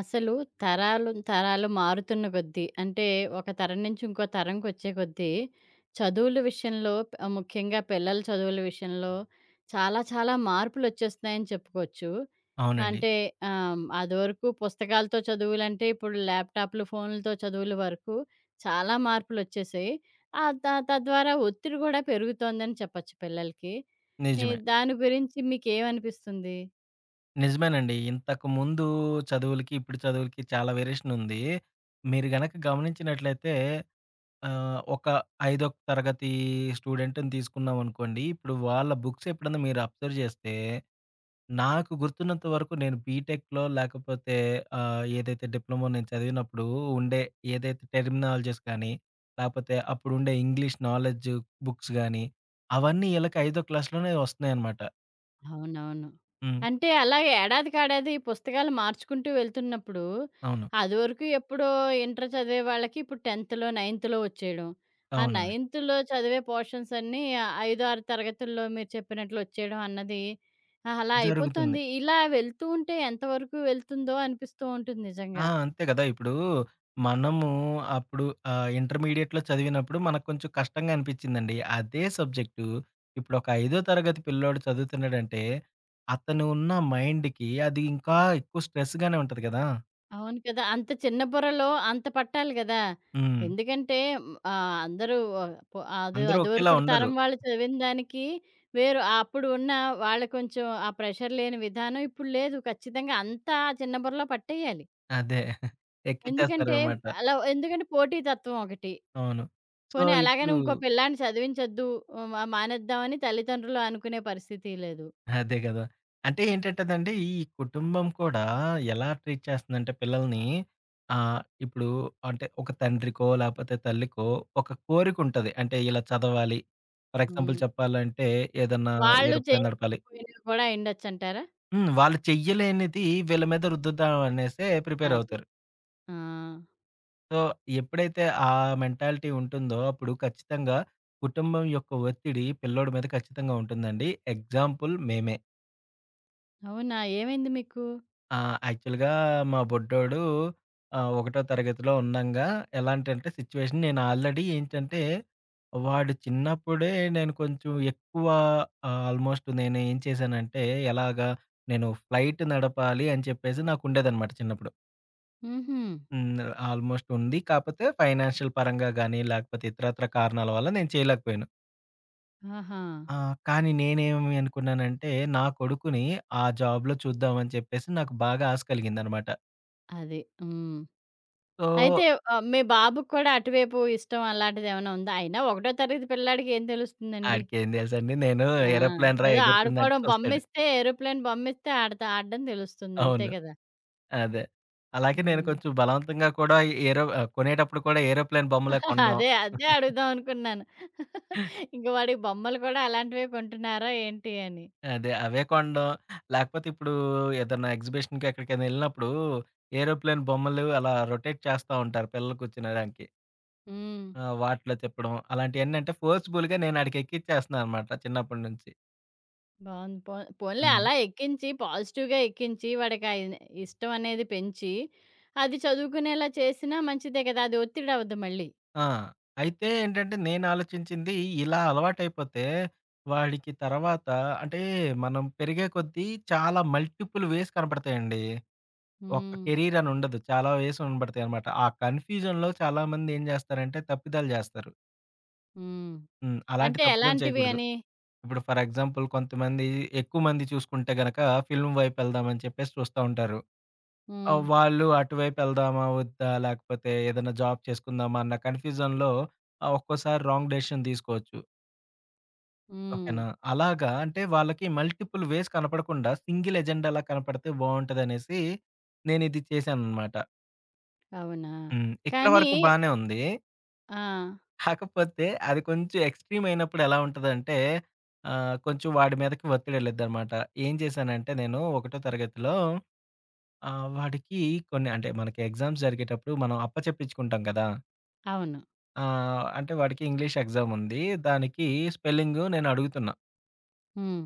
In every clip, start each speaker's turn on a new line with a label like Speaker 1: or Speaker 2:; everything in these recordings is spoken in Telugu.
Speaker 1: అసలు తరాలు తరాలు మారుతున్న కొద్దీ అంటే ఒక తరం నుంచి ఇంకో తరంకొచ్చే కొద్దీ చదువుల విషయంలో ముఖ్యంగా పిల్లల చదువుల విషయంలో చాలా చాలా మార్పులు వచ్చేస్తున్నాయని చెప్పుకోవచ్చు.
Speaker 2: అవునండి.
Speaker 1: అంటే అదివరకు పుస్తకాలతో చదువులంటే ఇప్పుడు ల్యాప్టాప్లు ఫోన్లతో చదువుల వరకు చాలా మార్పులు వచ్చేసాయి. ఆ తద్వారా ఒత్తిడి కూడా పెరుగుతోందని చెప్పచ్చు పిల్లలకి. ఈ
Speaker 2: నిజమే.
Speaker 1: దాని గురించి మీకేమనిపిస్తుంది?
Speaker 2: నిజమేనండి. ఇంతకుముందు చదువులకి, ఇప్పుడు చదువులకి చాలా వేరియేషన్ ఉంది. మీరు గనక గమనించినట్లయితే ఒక ఐదో తరగతి స్టూడెంట్‌ని తీసుకున్నామనుకోండి. ఇప్పుడు వాళ్ళ బుక్స్ ఎప్పుడన్నా మీరు అబ్జర్వ్ చేస్తే, నాకు గుర్తున్నంత వరకు నేను బీటెక్‌లో లేకపోతే ఏదైతే డిప్లొమా నేను చదివినప్పుడు ఉండే ఏదైతే టెర్మినాలజీస్ కానీ, లేకపోతే అప్పుడుండే ఇంగ్లీష్ నాలెడ్జ్ బుక్స్ గానీ, అవన్నీ ఈళ్ళకి ఐదో క్లాస్‌లోనే వస్తున్నాయన్నమాట.
Speaker 1: అవునవును.
Speaker 2: హ్మ్.
Speaker 1: అంటే అలాగే ఏడాదికేడాది పుస్తకాలు మార్చుకుంటూ వెళ్తున్నప్పుడు,
Speaker 2: అవును.
Speaker 1: అదివరకు ఎప్పుడో ఇంటర్ చదివే వాళ్ళకి ఇప్పుడు 10థ్‌లో, 9థ్‌లో వచ్చేయడం. ఆ
Speaker 2: అవునండి.
Speaker 1: 9థ్‌లో చదివే పోర్షన్స్ అన్నీ 5, 6 తరగతుల్లో మీరు చెప్పినట్లు వచ్చేయడం అన్నది అలా
Speaker 2: జరుగుతుంది.
Speaker 1: అయిపోతుంది. ఇలా వెళ్తూ ఉంటే ఎంతవరకు వెళ్తుందో అనిపిస్తూ ఉంటుంది
Speaker 2: ఆ!
Speaker 1: నిజంగా.
Speaker 2: అంతే గదా! ఇప్పుడు మనము అప్పుడు ఇంటర్మీడియేట్‌లో చదివినప్పుడు మనకు కొంచెం కష్టంగా అనిపిచ్చిందండి. అదే సబ్జెక్టు ఇప్పుడు ఒక ఐదో తరగతి పిల్లోడు చదువుతున్నాడంటే, అతను ఉన్న మైండ్‌కి అది ఇంకా ఎక్కువ స్ట్రెస్‌గానే ఉంటది గదా!
Speaker 1: అవును కదా! అంత చిన్న బుర్రలో అంత పట్టాలి గదా!
Speaker 2: హ్మ్.
Speaker 1: ఎందుకంటే అందరూ ఆ, పొ అది
Speaker 2: అందరూ ఒకేలా
Speaker 1: అదివరకుడు
Speaker 2: ఉండరు.
Speaker 1: తరం వాళ్ళు చదివిన దానికి వేరు. ఆ అప్పుడు ఉన్న వాళ్ళ కొంచెం ఆ ప్రెషర్ లేని విధానం ఇప్పుడు లేదు. ఖచ్చితంగా అంతా ఆ చిన్న బుర్రలో పట్టేయాలి.
Speaker 2: అదే.
Speaker 1: ఎందుకంటే
Speaker 2: ఎక్కిచ్చేస్తారనమాట.
Speaker 1: అలా ఎందుకంటే పోటీతత్వం ఒకటి.
Speaker 2: అవును. సో,
Speaker 1: పోనీ అలాగని
Speaker 2: ఇప్పుడు
Speaker 1: ఇంకో పిల్లాడిని చదివించొద్దు ఆహ్, మ మానేద్దామని తల్లిదండ్రులు అనుకునే పరిస్థితి లేదు.
Speaker 2: అదే గదా! అంటే ఏంటంటేదండి, ఈ కుటుంబం కూడా ఎలా ట్రీట్ చేస్తుందంటే పిల్లల్ని ఇప్పుడు అంటే ఒక తండ్రికో, లేపోతే తల్లికో ఒక కోరికుంటది. అంటే ఇలా చదవాలి. ఫర్ ఎగ్జాంపుల్
Speaker 1: హ్మ్.
Speaker 2: చెప్పాలంటే ఏదన్నా
Speaker 1: వాళ్ళు
Speaker 2: ఏరోప్లేన్ నడపాలి.
Speaker 1: చేయలేకపోయినా కూడా అయ్యుండొచ్చంటారా?
Speaker 2: హ్మ్. వాళ్ళు చెయ్యలేనిది వీళ్ళ మీద రుద్దుదాం అనేసే ప్రిపేర్
Speaker 1: అది.
Speaker 2: అవుతారు.
Speaker 1: ఆ!
Speaker 2: సో, ఎప్పుడైతే ఆ మెంటాలిటీ ఉంటుందో అప్పుడు ఖచ్చితంగా కుటుంబం యొక్క ఒత్తిడి పిల్లోడి మీద ఖచ్చితంగా ఉంటుందండి. ఎగ్జాంపుల్ మేమే.
Speaker 1: అవునా? ఏమైంది మీకు?
Speaker 2: ఆ! యాక్చువల్‌గా మా బుడ్డోడు ఒకటో తరగతిలో ఉండంగా ఎలాంటంటే సిట్యుయేషన్ నేను ఆల్రెడీ ఏంటంటే, వాడు చిన్నప్పుడే నేను కొంచెం ఎక్కువ ఆల్‌మోస్ట్ నేను ఏం చేశానంటే, ఎలాగా నేను ఫ్లైట్ నడపాలి అని చెప్పేసి నాకుండేదనమాట చిన్నప్పుడు.
Speaker 1: హుహు.
Speaker 2: హ్మ్. ఆల్‌మోస్ట్ ఉంది. కాపోతే ఫైనాన్షియల్ పరంగా గానీ, లేకపోతే ఇతరత్ర కారణాల వల్ల నేను చేయలేకపోయాను.
Speaker 1: ఆహా!
Speaker 2: ఆ! కానీ నేనేమి అనుకున్నానంటే, నా కొడుకుని ఆ జాబ్‌లో చూద్దామని చెప్పేసి నాకు బాగా ఆశ కలిగిందనమాట.
Speaker 1: అది. హ్మ్.
Speaker 2: సో
Speaker 1: అయితే మీ బాబుకి కూడా అటువైపు ఇష్టం అలాంటిదేమైనా ఉందా? అయినా ఒకటో తరగతి పిల్లాడికి ఏం తెలుస్తుందండి?
Speaker 2: ఆడికేం తెలుసండి. నేను
Speaker 1: ఆ!
Speaker 2: ఏరోప్లేన్ రా
Speaker 1: ఏదో
Speaker 2: ఎగురుతుందంటే
Speaker 1: ఆడుకోవడం
Speaker 2: చూస్తాడు.
Speaker 1: బొమ్మిస్తే ఏరోప్లేన్ బొమ్మిస్తే ఆడతా ఆడడం తెలుస్తుంది. అంతే
Speaker 2: అవును.
Speaker 1: కదా!
Speaker 2: అదే. అలాగే నేను
Speaker 1: హ్మ్.
Speaker 2: కొంచెం బలవంతంగా కూడా ఏరో కొనేటప్పుడు కూడా ఏరోప్లేన్ బొమ్మలే కొనడం.
Speaker 1: అదే. అదే అడుగుదాం అనుకున్నాను. ఇంక వాడికి బొమ్మలు కూడా అలాంటివే కొంటున్నారా ఏంటి అని?
Speaker 2: అదే. అవే కొనడం. లేకపోతే ఇప్పుడు ఏదన్నా ఎగ్జిబిషన్‌కి ఎక్కడికైనా ఎళ్ళినప్పుడు ఏరోప్లేన్ బొమ్మలు అలా రొటేట్ చేస్తా ఉంటారు పిల్లలు కూర్చునడానికి.
Speaker 1: హ్మ్.
Speaker 2: ఆ! వాటిలో తిప్పడం అలాంటియన్నీ అంటే ఫోర్స్‌బుల్‌గా నేను ఆడికెక్కిచ్చేస్తున్నాననమాట చిన్నప్పటి నుంచి.
Speaker 1: బావుంది. పోన్లే
Speaker 2: హ్మ్.
Speaker 1: అలా ఎక్కించి పాజిటివ్‌గా ఎక్కించి వాడికి ఆ ఇన్ ఇష్టం అనేది పెంచి, అది చదువుకునేలా చేసినా మంచిదే కదా! అది ఒత్తిడి అవ్వదు మళ్ళీ.
Speaker 2: ఆ! అయితే ఏంటంటే నేనాలోచించింది ఇలా అలవాటైపోతే వాడికి తర్వాత అంటే మనం పెరిగే కొద్దీ చాలా మల్టిపుల్ వేస్ కనపడతాయండి. ఒక
Speaker 1: హ్మ్.
Speaker 2: కెరీర్ అని ఉండదు. చాలా వేస్ కనపడతాయనమాట. ఆ కన్‌ఫ్యూజన్‌లో చాలామంది ఏం చేస్తారంటే తప్పిదాలు చేస్తారు.
Speaker 1: హ్మ్.
Speaker 2: హ్మ్. అలాంటి
Speaker 1: అంటే
Speaker 2: తప్పిదం
Speaker 1: ఎలాంటివి
Speaker 2: చేయకూడదు.
Speaker 1: అని?
Speaker 2: ఇప్పుడు ఫర్ ఎగ్జాంపుల్ కొంతమంది ఎక్కువ మంది చూసుకుంటే గనక ఫిల్మ్ వైపెళ్దామని చెప్పేసి చూస్తా ఉంటారు. ఆ!
Speaker 1: హ్మ్.
Speaker 2: వాళ్ళు అటువైపు వెళ్దామా? వద్దా? లేకపోతే ఏదైనా జాబ్ చేసుకుందామా? అన్న కన్‌ఫ్యూజన్‌లో ఒక్కోసారి రాంగ్ డెసిషన్ తీసుకోవచ్చు.
Speaker 1: హ్మ్.
Speaker 2: ఓకేనా? అలాగా అంటే వాళ్ళకి మల్టిపుల్ వేస్ కనపడకుండా సింగిల్ ఎజెండాలా కనపడితే బావుంటదనేసి నేనిది చేశాననమాట.
Speaker 1: అవునా!
Speaker 2: హ్మ్. ఇక్కడ
Speaker 1: కానీ
Speaker 2: వరకు బానే ఉంది.
Speaker 1: ఆ!
Speaker 2: కాకపోతే అది కొంచెం ఎక్స్‌ట్రీమ్ అయినప్పుడు ఎలా ఉంటదంటే కొంచెం వాడి మీదకి ఒత్తిడెళ్ళిద్దనమాట. ఏం చేశానంటే నేను ఒకటో తరగతిలో వాడికి కొన్ని అంటే మనకి ఎగ్జామ్స్ జరిగేటప్పుడు మనం అప్పచెప్పించుకుంటాం కదా!
Speaker 1: అవును.
Speaker 2: ఆ! అంటే వాడికి ఇంగ్లీష్ ఎగ్జామ్ ఉంది. దానికి స్పెల్లింగ్ నేను అడుగుతున్నా.
Speaker 1: హ్మ్.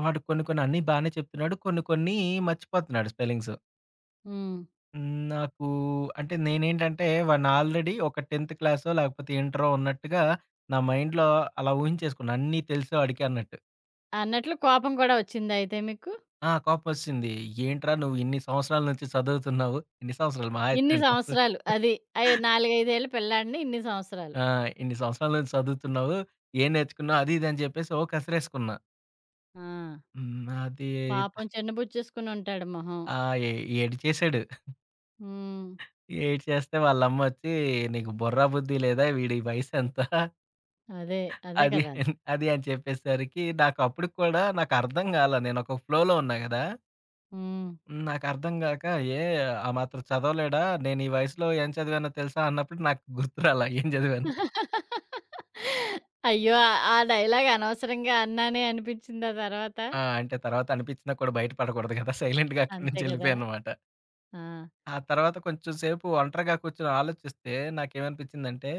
Speaker 2: వాడు కొన్ని కొన్ని అన్నీ బానే చెప్తున్నాడు. కొన్ని కొన్ని మర్చిపోతున్నాడు స్పెల్లింగ్స్.
Speaker 1: హ్మ్.
Speaker 2: హ్మ్. నాకు అంటే నేనేంటంటే వాడిని ఆల్రెడీ ఒక 10థ్ క్లాసో లేకపోతే ఇంటరో ఉన్నట్టుగా నా మైండ్‌లో అలా ఊహించేసుకున్నా. అన్నీ తెలుసు వాడికి అన్నట్టు.
Speaker 1: అన్నట్లు కోపం కూడా వచ్చిందా అయితే మీకు?
Speaker 2: ఆ! కోపమొచ్చేసింది. ఏంట్రా నువ్వు ఇన్ని సంవత్సరాల నుంచి చదువుతున్నావు. ఇన్ని సంవత్సరాలు మహా అయితే
Speaker 1: ఇన్ని
Speaker 2: 2 సంవత్సరాలు
Speaker 1: సంవత్సరాలు అది. అయి 4, 5 ఏళ్ల పిల్లాడిని ఇన్ని సంవత్సరాలు.
Speaker 2: ఆ! ఇన్ని సంవత్సరాల నుంచి చదువుతున్నావు. ఏం నేర్చుకున్నావు అది ఇది అని చెప్పేసి ఓ కసిరేసుకున్నా.
Speaker 1: ఆ!
Speaker 2: హ్మ్. అది
Speaker 1: పాపం చిన్నబుచ్చేసుకొని ఉంటాడు మొహం.
Speaker 2: ఆ! ఏ ఏడిచేసాడు.
Speaker 1: హ్మ్.
Speaker 2: ఏడ్చేస్తే వాళ్ళమ్మొచ్చి "నీకు బుర్రా, బుద్ధి లేదా? వీడి వయసెంత?"
Speaker 1: అదే. అదే
Speaker 2: అది,
Speaker 1: కదా!
Speaker 2: అది అని చెప్పేసరికి నాకు అప్పటికి కూడా నాకర్థం కాలా. నేనొక ఫ్లోలో ఉన్నా గదా!
Speaker 1: హ్మ్.
Speaker 2: నాకర్థం గాక ఏ ఆ మాత్రం చదవలేడా? నేను ఈ వయసులో ఏం చదివానో తెలుసా? అన్నప్పుడు నాకు గుర్తురాలా ఏం చదివానో.
Speaker 1: అయ్యో! ఆ ఆ డైలాగ్ అనవసరంగా అన్నానే అనిపించిందా తర్వాత?
Speaker 2: ఆ! అంటే తర్వాత అనిపించినా కూడా బయట పడకూడదు కదా! సైలెంట్‌గా అక్కడి
Speaker 1: అంతే
Speaker 2: నుంచి
Speaker 1: కదా!
Speaker 2: వెళ్ళిపోయాననమాట.
Speaker 1: ఆ!
Speaker 2: ఆ తర్వాత కొంచెం సేపు ఒంటరిగా కూర్చొని ఆలోచిస్తే నాకేమనిపించిందంటే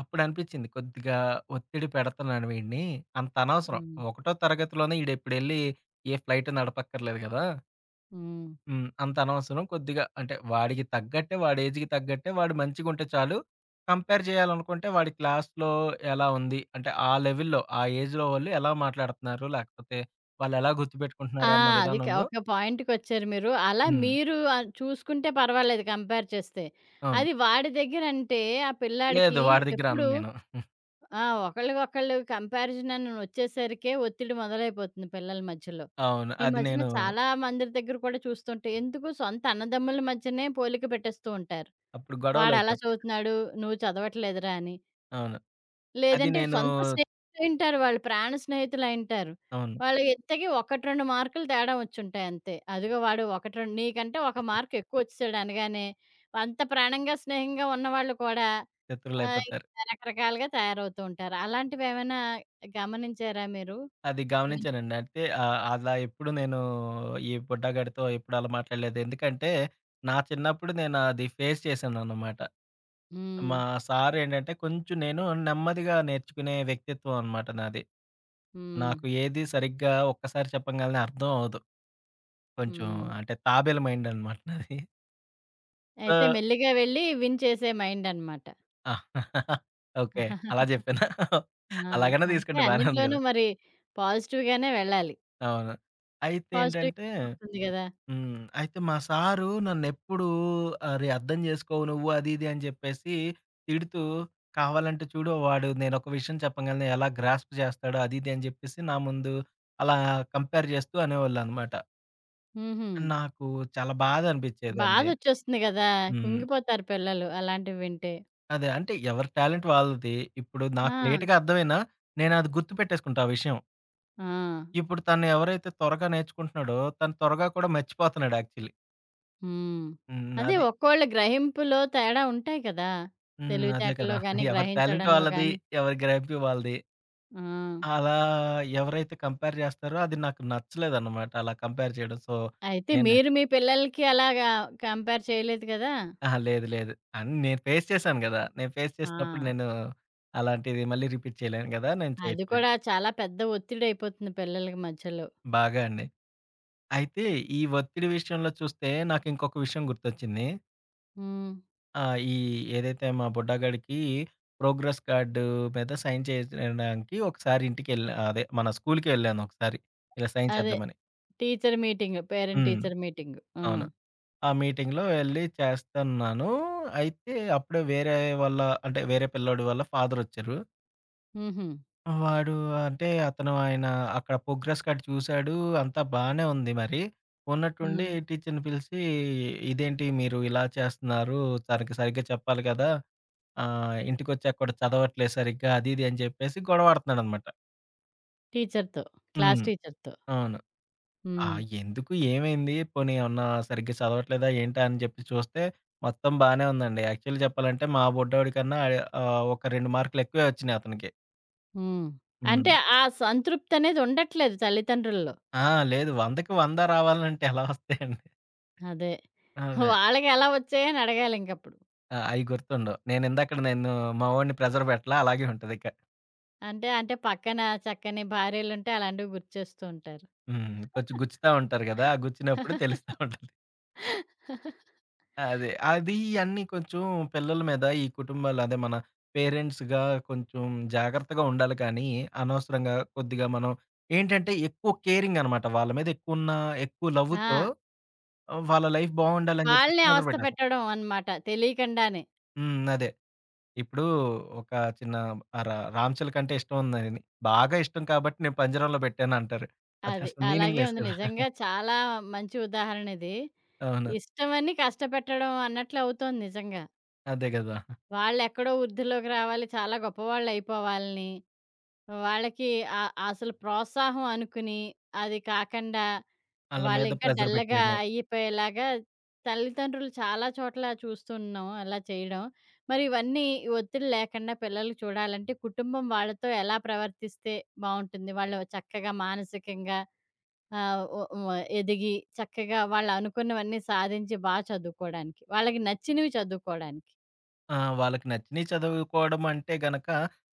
Speaker 2: అప్పుడనిపిచ్చింది కొద్దిగా ఒత్తిడి పెడతన్నాను వీడిని. అంత అనవసరం.
Speaker 1: హ్మ్.
Speaker 2: ఒకటో తరగతిలోనే ఈడెప్పుడెళ్లి ఏ ఫ్లైట్ నడపక్కర్లేదు గదా!
Speaker 1: హ్మ్.
Speaker 2: హ్మ్. అంత అనవసరం. కొద్దిగా అంటే వాడికి తగ్గట్టే, వాడి ఏజ్‌కి తగ్గట్టే వాడు మంచిగుంటే చాలు. కంపేర్ చేయాలనుకుంటే వాడి క్లాస్‌లో ఎలా ఉంది? అంటే ఆ లెవెల్‌లో, ఆ ఏజ్‌లో వాళ్ళు ఎలా మాట్లాడుతున్నారు? లేకపోతే వాళ్ళెలా
Speaker 1: ఆ!
Speaker 2: గుర్తుపెట్టుకుంటున్నారు అన్న
Speaker 1: అది
Speaker 2: విధానంలో
Speaker 1: ఒక పాయింట్‌కొచ్చారు మీరు. అలా
Speaker 2: హ్మ్.
Speaker 1: మీరు చూసుకుంటే పర్వాలేదు కంపేర్ చేస్తే.
Speaker 2: అవును.
Speaker 1: అది వాడి దగ్గరంటే ఆ
Speaker 2: లేదు.
Speaker 1: పిల్లాడికి
Speaker 2: వాడి దగ్గర అనను
Speaker 1: ఎప్పుడు
Speaker 2: నేను.
Speaker 1: ఆ! ఒకళ్ళకొకళ్ళు కంపారిజన్ అని వచ్చేసరికే ఒత్తిడి మొదలైపోతుంది పిల్లల మధ్యలో.
Speaker 2: అవును.
Speaker 1: ఈ
Speaker 2: అది
Speaker 1: మధ్యన
Speaker 2: నేను
Speaker 1: చాలా మందిరి దగ్గర కూడా చూస్తుంటే ఎందుకు సొంత అన్నదమ్ముల మధ్యనే పోలిక పెట్టేస్తూ ఉంటారు.
Speaker 2: అప్పుడు
Speaker 1: వాడలా
Speaker 2: గొడవలయిపోతాయి.
Speaker 1: చదువుతున్నాడు, నువ్వు చదవట్లేదురా అని.
Speaker 2: అవును. అది
Speaker 1: లేదంటే
Speaker 2: నేను
Speaker 1: సొంత స్నేహితులైంటారు వాళ్ళు, ప్రాణ స్నేహితులైంటారు.
Speaker 2: అవును.
Speaker 1: వాళ్ళు ఇంతకి 1, 2 మార్కులు తేడా వచ్చుంటాయి అంతే. అదిగో వాడు 1, 2 నీకంటే 1 మార్క్ ఎక్కువొచ్చేసాడు అనగానే, అంత ప్రాణంగా, స్నేహంగా ఉన్నవాళ్ళు కూడా
Speaker 2: శత్రువులయిపోతారు.
Speaker 1: ఇంకా రకరకాలుగా తయారవుతూ ఉంటారు. అలాంటివేమైనా గమనించారా మీరు?
Speaker 2: అది
Speaker 1: హ్మ్.
Speaker 2: గమనించానండి. అంటే అలా ఎప్పుడు నేను ఈ బుడ్డగాడితో ఎప్పుడు అలా మాట్లాడలేదు. ఎందుకంటే, నా చిన్నప్పుడు నేను అది ఫేస్ చేశాననమాట.
Speaker 1: హ్మ్.
Speaker 2: మా సారేంటంటే, కొంచెం నేను నెమ్మదిగా నేర్చుకునే వ్యక్తిత్వం అనమాట నాది.
Speaker 1: హ్మ్.
Speaker 2: నాకు ఏది సరిగ్గా ఒక్కసారి చెప్పంగాల్నే అర్థం అవ్వదు. కొంచెం
Speaker 1: హ్మ్.
Speaker 2: అంటే తాబేలు మైండ్ అనమాట నాది. సో
Speaker 1: అయితే మెల్లిగా వెళ్ళి విన్ చేసే మైండనమాట.
Speaker 2: ఆ! ఓకే. అలా జెప్పానా?
Speaker 1: ఆ!
Speaker 2: అలాగనే
Speaker 1: అంతే
Speaker 2: తీసుకుంటే బానే ఉంది
Speaker 1: అన్నిట్లోనూ
Speaker 2: గదా!
Speaker 1: మరి పాజిటివ్‌గానే వెళ్ళాలి.
Speaker 2: అవును. అయితే
Speaker 1: పాజిటివ్‌గా
Speaker 2: ఏంటంటే
Speaker 1: అవుతుంది గదా!
Speaker 2: హ్మ్. అయితే మా సారు నన్నెప్పుడూ "అరే! అర్థం చేసుకోవు నువ్వు" అది ఇది అని చెప్పేసి తిడుతూ, "కావాలంటే చూడు వాడు నేనొక విషయం చెప్పంగాల్నే ఎలా గ్రాస్ప్ చేస్తాడో" అది ఇది అని చెప్పేసి నా ముందు అలా కంపేర్ చేస్తూ అనేవాళ్ళనమాట.
Speaker 1: హుహు.
Speaker 2: నాకు చాలా బాధ అనిపించేదండి.
Speaker 1: బాధొచ్చేస్తుంది గదా!
Speaker 2: హ్మ్.
Speaker 1: కుంగిపోతారు పిల్లలు అలాంటివి వింటే.
Speaker 2: అదే. అంటే ఎవరి టాలెంట్ వాళ్ళది. ఇప్పుడు నాకు
Speaker 1: ఆ!
Speaker 2: లేట్‌గా అర్థమైనా నేనది గుర్తుపెట్టేసుకుంటా ఆ విషయం.
Speaker 1: ఆ!
Speaker 2: ఇప్పుడు తను ఎవరైతే త్వరగా నేర్చుకుంటున్నాడో తను త్వరగా కూడా మర్చిపోతున్నాడు యాక్చువల్లీ.
Speaker 1: హ్మ్.
Speaker 2: హ్మ్.
Speaker 1: అదే
Speaker 2: అది.
Speaker 1: ఒక్కోళ్ళ గ్రహింపులో తేడా ఉంటాయి కదా!
Speaker 2: హ్మ్. అదే కదా!
Speaker 1: తెలివితేటల్లో గాని,
Speaker 2: ఎవరి టాలెంట్
Speaker 1: గ్రహించడంలో
Speaker 2: వాళ్ళది.
Speaker 1: గాని.
Speaker 2: ఎవరి గ్రాప్యం వాళ్ళది.
Speaker 1: ఆ!
Speaker 2: అలా ఎవరైతే కంపేర్ చేస్తారో అది నాకు నచ్చలేదన్నమాట. అలా కంపేర్ చేయడం. సో,
Speaker 1: అయితే
Speaker 2: నేనా
Speaker 1: మీరు మీ పిల్లలకి అలాగా కంపేర్ చేయలేదు కదా!
Speaker 2: అహా! లేదు. లేదు. అన్ నేను ఫేస్ చేశాను గదా! నేను ఫేస్
Speaker 1: ఆ!
Speaker 2: చేసినప్పుడు నేను అలాంటిది మళ్ళీ రిపీట్ చేయలేను గదా! నేను
Speaker 1: అది
Speaker 2: చేయట్లేదు.
Speaker 1: కూడా చాలా పెద్ద ఒత్తిడయిపోతుంది పిల్లలకి మధ్యలో.
Speaker 2: బాగా అండి. అయితే ఈ ఒత్తిడి విషయంలో చూస్తే నాకింకొక విషయం గుర్తొచ్చింది.
Speaker 1: హ్మ్.
Speaker 2: ఈ ఏదైతే మా బుడ్డగాడికి ప్రోగ్రెస్ కార్డ్ మీద సైన్ చేయడానికి ఒకసారి ఇంటికెళ్ళా అదే మన స్కూలుకి వెళ్ళాను ఒకసారి. ఇలా సైన్
Speaker 1: అదే.
Speaker 2: చేద్దామని.
Speaker 1: Teacher meeting. పేరెంట్
Speaker 2: హ్మ్.
Speaker 1: Teacher meeting. ఆ!
Speaker 2: అవును. ఆ మీటింగ్‌లో ఎళ్లి చేస్తన్నాను. అయితే అప్పుడే వేరే వాళ్ళ అంటే వేరే పిల్లోడి వాళ్ళ ఫాదరొచ్చారు.
Speaker 1: హుహు.
Speaker 2: వాడు అంటే అతను ఆయన అక్కడ ప్రోగ్రెస్ కార్డ్ చూసాడు. అంతా బానే ఉంది మరి. ఉన్నట్టుండి
Speaker 1: హ్మ్.
Speaker 2: టీచర్‌ని పిలిచి ఇదేంటి మీరు ఇలా చేస్తున్నారు? తనకి సరిగ్గా చెప్పాలి కదా! ఇంటికొచ్చాక కూడా చదవట్లేదు సరిగ్గా అది ఇది అని చెప్పేసి గొడవాడుతున్నాడనమాట.
Speaker 1: టీచర్‌తో. క్లాస్
Speaker 2: హ్మ్.
Speaker 1: టీచర్‌తో.
Speaker 2: అవును. ఆ!
Speaker 1: హ్మ్.
Speaker 2: ఎందుకు ఏమైంది? పోనీ ఏమన్నా సరిగ్గా చదవట్లేదా ఏంటా? అని చెప్పి చూస్తే మొత్తం బానే ఉందండి. యాక్చువల్లీ చెప్పాలంటే మా బుడ్డోడి కన్నా ఒక 2 మార్కులు ఎక్కువే వచ్చినాయి అతనికి.
Speaker 1: హ్మ్.
Speaker 2: హ్మ్.
Speaker 1: అంటే ఆ సంతృప్తనేది ఉండట్లేదు తల్లితండ్రుల్లో.
Speaker 2: ఆ! లేదు 100కి 100 రావాలంటే ఎలా వస్తాయండి?
Speaker 1: అదే.
Speaker 2: అదే.
Speaker 1: వాళ్ళకెలా వచ్చాయని అడగాలింకప్పుడు.
Speaker 2: ఆ! అయి గుర్తుండవు. నేను ఇందాకడ నేను మా వోడిని ప్రెజర్ పెట్టలా అలాగే ఉంటదిక.
Speaker 1: అంటే, అంటే పక్కన చక్కని భార్యలుంటే అలాంటివి గుర్తు చేస్తూ ఉంటారు.
Speaker 2: హ్మ్. కొంచెం గుచ్చుతా ఉంటారు గదా! ఆ గుచ్చినప్పుడు తెలుస్తా ఉంటది. అదే. అది అన్నీ కొంచెం పిల్లల మీద ఈ కుటుంబాలు అదే మన పేరెంట్స్‌గా కొంచెం జాగ్రత్తగా ఉండాలి కానీ, అనవసరంగా కొద్దిగా మనం ఏంటంటే ఎక్కువ కేరింగ్ అనమాట. వాళ్ళ మీద ఎక్కువున్న ఎక్కువ లవ్‌తో
Speaker 1: ఆ!
Speaker 2: వాళ్ళ లైఫ్ బావుండాలని చెప్పేసి
Speaker 1: వాళ్ళని
Speaker 2: ప్రెషర్
Speaker 1: అవస్థ
Speaker 2: పెట్టేస్తాం.
Speaker 1: పెట్టడం అనమాట తెలియకుండానే.
Speaker 2: హ్మ్. అదే. ఇప్పుడు ఒక చిన్న ఆహ్, రా 'రామ్ చిలక' అంటే ఇష్టం ఉందని బాగా ఇష్టం కాబట్టి నేను పంజరంలో పెట్టాను అంటారు. అది
Speaker 1: అది.
Speaker 2: అసలు
Speaker 1: అలాగే
Speaker 2: మీనింగ్‌లెస్
Speaker 1: ఉంది.
Speaker 2: కదా!
Speaker 1: నిజంగా చాలా మంచి ఉదాహరణ ఇది.
Speaker 2: అవును.
Speaker 1: ఇష్టమని కష్టపెట్టడం అన్నట్లు అవుతోంది నిజంగా.
Speaker 2: అదే కదా!
Speaker 1: వాళ్ళెక్కడో వృద్ధిలోకి రావాలి, చాలా గొప్పవాళ్ళయిపోవాలని, వాళ్ళకి ఆ అసలు ప్రోత్సాహం అనుకుని, అది కాకండా
Speaker 2: ఆళ్ళ మీద
Speaker 1: వాళ్ళింకా
Speaker 2: ప్రెషర్
Speaker 1: డల్‌గా
Speaker 2: పెట్టేయడం.
Speaker 1: అయిపోయేలాగా తల్లిదండ్రులు చాలా చోట్ల చూస్తున్నాం అలా చేయడం. మరి ఇవన్నీ ఈ ఒత్తిడి లేకుండా పిల్లలు చూడాలంటే కుటుంబం వాళ్ళతో ఎలా ప్రవర్తిస్తే బావుంటుంది? వాళ్ళు చక్కగా మానసికంగా ఆ! ఒ వ ఎదిగి చక్కగా వాళ్ళనుకున్నవన్నీ సాధించి చదువుకోడానికి. వాళ్ళకి నచ్చినవి చదువుకోడానికి.
Speaker 2: ఆ! వాళ్ళకి నచ్చినయి చదువుకోవడం అంటే గనక,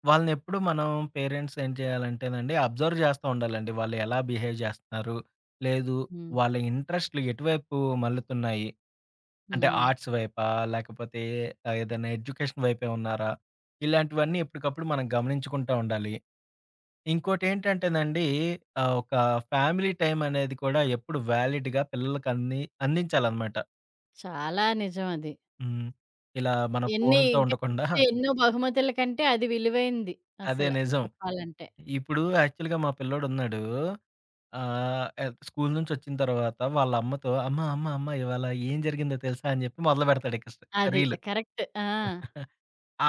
Speaker 2: వాళ్ళనెప్పుడు మనం పేరెంట్స్ ఏం చేయాలంటేనండి, అబ్జర్వ్ చేస్తా ఉండాలండి. వాళ్ళు ఎలా బిహేవ్ చేస్తున్నారు? లేదు
Speaker 1: హ్మ్.
Speaker 2: వాళ్ళ ఇంట్రెస్ట్‌లు ఎటువైపు మళ్లుతున్నాయి? అంటే
Speaker 1: హ్మ్.
Speaker 2: ఆర్ట్స్ వైపా? లేకపోతే ఏదైనా ఎడ్యుకేషన్ వైపే ఉన్నారా? ఇలాంటివన్నీ ఎప్పటికప్పుడు మనం గమనించుకుంటా ఉండాలి. ఇంకోటేంటంటేనండి ఒక ఫ్యామిలీ టైమ్ అనేది కూడా ఎప్పుడు వాలిడ్‌గా పిల్లలకి అంది అందించాలన్నమాట.
Speaker 1: చాలా నిజం అది.
Speaker 2: హ్మ్. ఇలా మన
Speaker 1: ఎన్ని
Speaker 2: ఫోనులతో
Speaker 1: ఇంకా
Speaker 2: ఉండకుండా
Speaker 1: వచ్చే ఎన్నో బహుమతుల కంటే అది విలువైంది
Speaker 2: అదే
Speaker 1: అసల
Speaker 2: నిజం.
Speaker 1: చెప్పాలంటే.
Speaker 2: ఇప్పుడు యాక్చువల్‌గా మా పిల్లోడున్నాడు. ఎ స్కూలు నుంచొచ్చిన తర్వాత వాళ్ళ అమ్మతో "అమ్మ, అమ్మ, అమ్మ ఇవాళ ఏం జరిగిందో తెలుసా?" అని జెప్పి మొదలుపెడతాడు ఇక స్
Speaker 1: అది
Speaker 2: రీలు.
Speaker 1: కరెక్ట్. ఆ!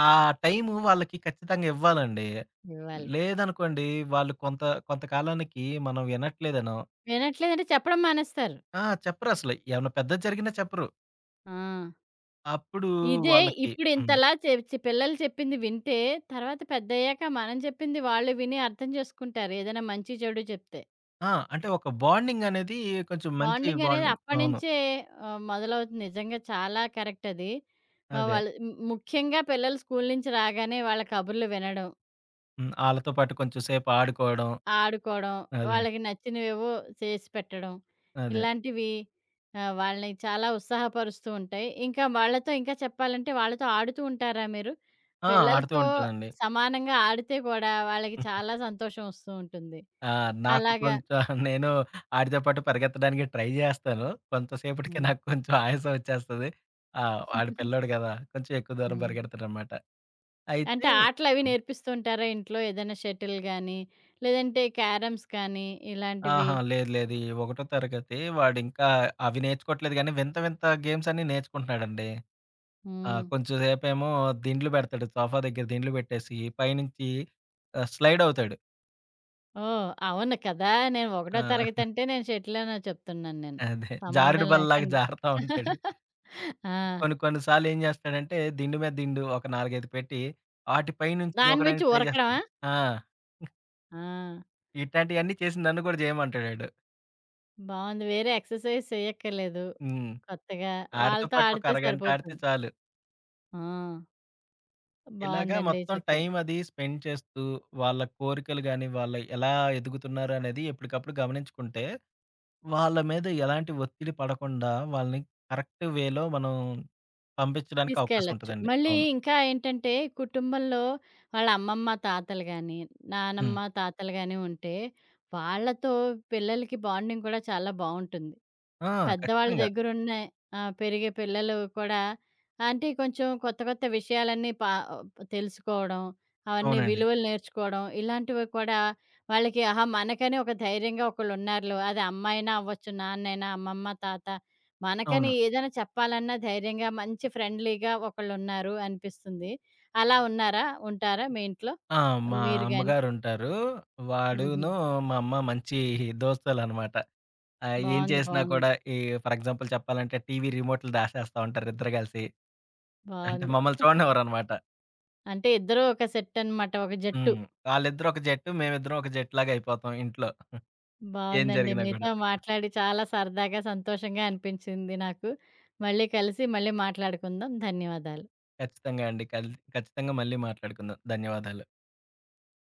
Speaker 2: ఆ టైము వాళ్ళకి ఖచ్చితంగా ఇవ్వాలండి.
Speaker 1: ఇవ్వాలి.
Speaker 2: లేదనుకోండి వాళ్ళు కొంత కొంతకాలానికి మనం వినట్లేదనో
Speaker 1: వినట్లేదంటే చెప్పడం మానేస్తారు.
Speaker 2: ఆ! చెప్పరసలు. ఏమన్నా పెద్దది జరిగినా చెప్పరు.
Speaker 1: ఆ!
Speaker 2: అప్పుడు
Speaker 1: ఇదే
Speaker 2: వాళ్ళకి
Speaker 1: ఇప్పుడు
Speaker 2: హ్మ్.
Speaker 1: ఇంతలా చె చె పిల్లలు చెప్పింది వింటే తర్వాత పెద్దయ్యాక మనం చెప్పింది వాళ్ళు విని అర్థం చేసుకుంటారు. ఏదైనా మంచి చెడు చెప్తే.
Speaker 2: ఆ! అంటే ఒక బాండింగ్ అనేది కొంచెం మంచి
Speaker 1: బాండింగ్ అనేది
Speaker 2: బాండింగ్. అవును.
Speaker 1: అప్పటినుంచే మొదలవుతుంది. నిజంగా చాలా కరెక్ట్ అది.
Speaker 2: అదే.
Speaker 1: వాళ్ళు ముఖ్యంగా పిల్లలు స్కూలు నుంచి రాగానే వాళ్ళ కబుర్లు వినడం,
Speaker 2: హ్మ్. ఆళ్ళతో పాటు కొంచెం సేపు ఆడుకోవడం.
Speaker 1: ఆడుకోవడం,
Speaker 2: అదే.
Speaker 1: వాళ్ళకి నచ్చినవేవో చేసి పెట్టడం,
Speaker 2: అదే.
Speaker 1: ఇలాంటివి వాళ్ళని చాలా ఉత్సాహపరుస్తూ ఉంటాయి. ఇంకా వాళ్ళతో ఇంకా చెప్పాలంటే వాళ్ళతో ఆడుతూ ఉంటారా మీరు?
Speaker 2: ఆ! ఆడుతూ
Speaker 1: పిల్లలతో
Speaker 2: ఉంటానండి.
Speaker 1: సమానంగా ఆడితే కూడా వాళ్ళకి చాలా సంతోషం వస్తూ ఉంటుంది.
Speaker 2: ఆ! నాకు
Speaker 1: అలాగా
Speaker 2: కొంచెం నేను ఆడితో పాటు పరిగెత్తడానికి ట్రై జేస్తాను. కొంతసేపటికి
Speaker 1: హ్మ్.
Speaker 2: నాకు కొంచెం ఆయాసం వచ్చేస్తది. ఆ!
Speaker 1: హ్మ్.
Speaker 2: ఆడు పిల్లోడు గదా! కొంచెం ఎక్కువ దూరం పరిగెడతాడనమాట. అయితే
Speaker 1: అంటే ఆటలవి
Speaker 2: హ్మ్.
Speaker 1: నేర్పిస్తుంటారా ఇంట్లో? ఏదైనా షటిల్ గానీ, లేదంటే క్యారమ్స్ కానీ ఇలాంటివి?
Speaker 2: ఆహా! లేదు లేదు. ఈ ఒకటో తరగతి వాడింకా అవి నేర్చుకోవట్లేదు గానీ, వింత వింత గేమ్స్ అన్నీ నేర్చుకుంటున్నాడండి. ఆ!
Speaker 1: హ్మ్.
Speaker 2: కొంచెం సేపేమో దిండ్లు పెడతాడు. సోఫా దగ్గర దిండ్లు పెట్టేసి పైనుంచి స్లైడ్ అవుతాడు.
Speaker 1: ఓహ్! అవును కదా! నేను ఒకటో తరగతి
Speaker 2: ఆ!
Speaker 1: అంటే నేను షటిల్ అనే చెప్తున్నాను నేను.
Speaker 2: అదే. జారుడు
Speaker 1: సంబంధం
Speaker 2: బల్లలాగా
Speaker 1: లేకుండా.
Speaker 2: జారుతా ఉంటాడు.
Speaker 1: ఆ!
Speaker 2: కొన్ని కొన్ని సార్లు ఏం చేస్తాడంటే దిండు మీద దిండు ఒక 4, 5 పెట్టి ఆటిపై నుంచి
Speaker 1: దాని మించి
Speaker 2: దూకడానికి ట్రై
Speaker 1: ఉరకడమా?
Speaker 2: చేస్తాడు. ఆ!
Speaker 1: ఆ!
Speaker 2: ఇట్లాంటియన్నీ చేసి నన్ను కూడా చేయమంటాడాడు.
Speaker 1: బావుంది. వేరే ఎక్సర్‌సైజ్ చేయక్కర్లేదు.
Speaker 2: హ్మ్.
Speaker 1: కొత్తగా
Speaker 2: ఆడితో
Speaker 1: వాళ్ళతో
Speaker 2: పాటు ఒక
Speaker 1: ఆడితే
Speaker 2: అరగంట ఆడితే
Speaker 1: సరిపోతుంది.
Speaker 2: చాలు.
Speaker 1: ఆ!
Speaker 2: ఇలాగా
Speaker 1: బావుందండి
Speaker 2: మొత్తం
Speaker 1: చక్కగా.
Speaker 2: టైం అది స్పెండ్ చేస్తూ వాళ్ళ కోరికలు గాని, వాళ్ళు ఎలా ఎదుగుతున్నారు అనేది ఎప్పటికప్పుడు గమనించుకుంటే, వాళ్ళ మీద ఎలాంటి ఒత్తిడి పడకుండా వాళ్ళని కరెక్ట్ వేలో మనం పంపించడానికి అవకాశం
Speaker 1: తీసుకెళ్ళొచ్చు.
Speaker 2: ఉంటదండి.
Speaker 1: మళ్ళీ
Speaker 2: అవును.
Speaker 1: ఇంకా ఏంటంటే, కుటుంబంలో వాళ్ళ అమ్మమ్మ, తాతలు గాని,
Speaker 2: హ్మ్.
Speaker 1: నానమ్మ, తాతలు గాని ఉంటే, వాళ్ళతో పిల్లలకి బాండింగ్ కూడా చాలా బావుంటుంది.
Speaker 2: ఆ!
Speaker 1: పెద్దవాళ్ళ
Speaker 2: ఖచ్చితంగా.
Speaker 1: దగ్గరున్నాయి. ఆ! పెరిగే పిల్లలు కూడా అంటే కొంచెం కొత్త కొత్త విషయాలన్నీ తెలుసుకోవడం, అవన్నీ
Speaker 2: అవునండి.
Speaker 1: విలువలు నేర్చుకోవడం ఇలాంటివి కూడా వాళ్ళకి ఆహా! మనకని ఒక ధైర్యంగా ఒకళ్ళున్నారులే. అది అమ్మాయినా అవ్వచ్చు, నాన్నైనా, అమ్మమ్మ, తాత మనకని
Speaker 2: అవును.
Speaker 1: ఏదైనా చెప్పాలన్నా ధైర్యంగా మంచి ఫ్రెండ్లీగా ఒకళ్ళున్నారు అనిపిస్తుంది. అలా ఉన్నారా? ఉంటారా మీ ఇంట్లో?
Speaker 2: ఆ! మా
Speaker 1: మీరు గాని?
Speaker 2: అమ్మగారుంటారు.
Speaker 1: హుహు.
Speaker 2: వాడును మా అమ్మ మంచి దోస్తులనమాట. ఏం
Speaker 1: బావుంది.
Speaker 2: చేసినా
Speaker 1: బావుంది.
Speaker 2: కూడా ఈ ఫర్ ఎగ్జాంపుల్ చెప్పాలంటే టీవీ రిమోట్‌లు దాసేస్తా ఉంటారు ఇద్దరు కలిసి. అంటే
Speaker 1: బావుంది.
Speaker 2: మమ్మల్ని చూడనివ్వరనమాట.
Speaker 1: అంటే ఇద్దరూ ఒక సెట్ అనమాట. ఒక జట్టు.
Speaker 2: హ్మ్. ఆళ్ళిద్దరు ఒక జట్టు, మేమిద్దరం ఒక జట్టులాగా అయిపోతాం ఇంట్లో. ఏం
Speaker 1: బావుందండి.
Speaker 2: జరిగినా గూడా.
Speaker 1: మీతో మాట్లాడి చాలా సరదాగా, సంతోషంగా అనిపించింది నాకు. మళ్ళీ కలిసి మళ్ళీ మాట్లాడుకుందాం. ధన్యవాదాలు.
Speaker 2: ఖచ్చితంగా అండి. కల్ ఖచ్చితంగా మళ్ళీ మాట్లాడుకుందాం. ధన్యవాదాలు.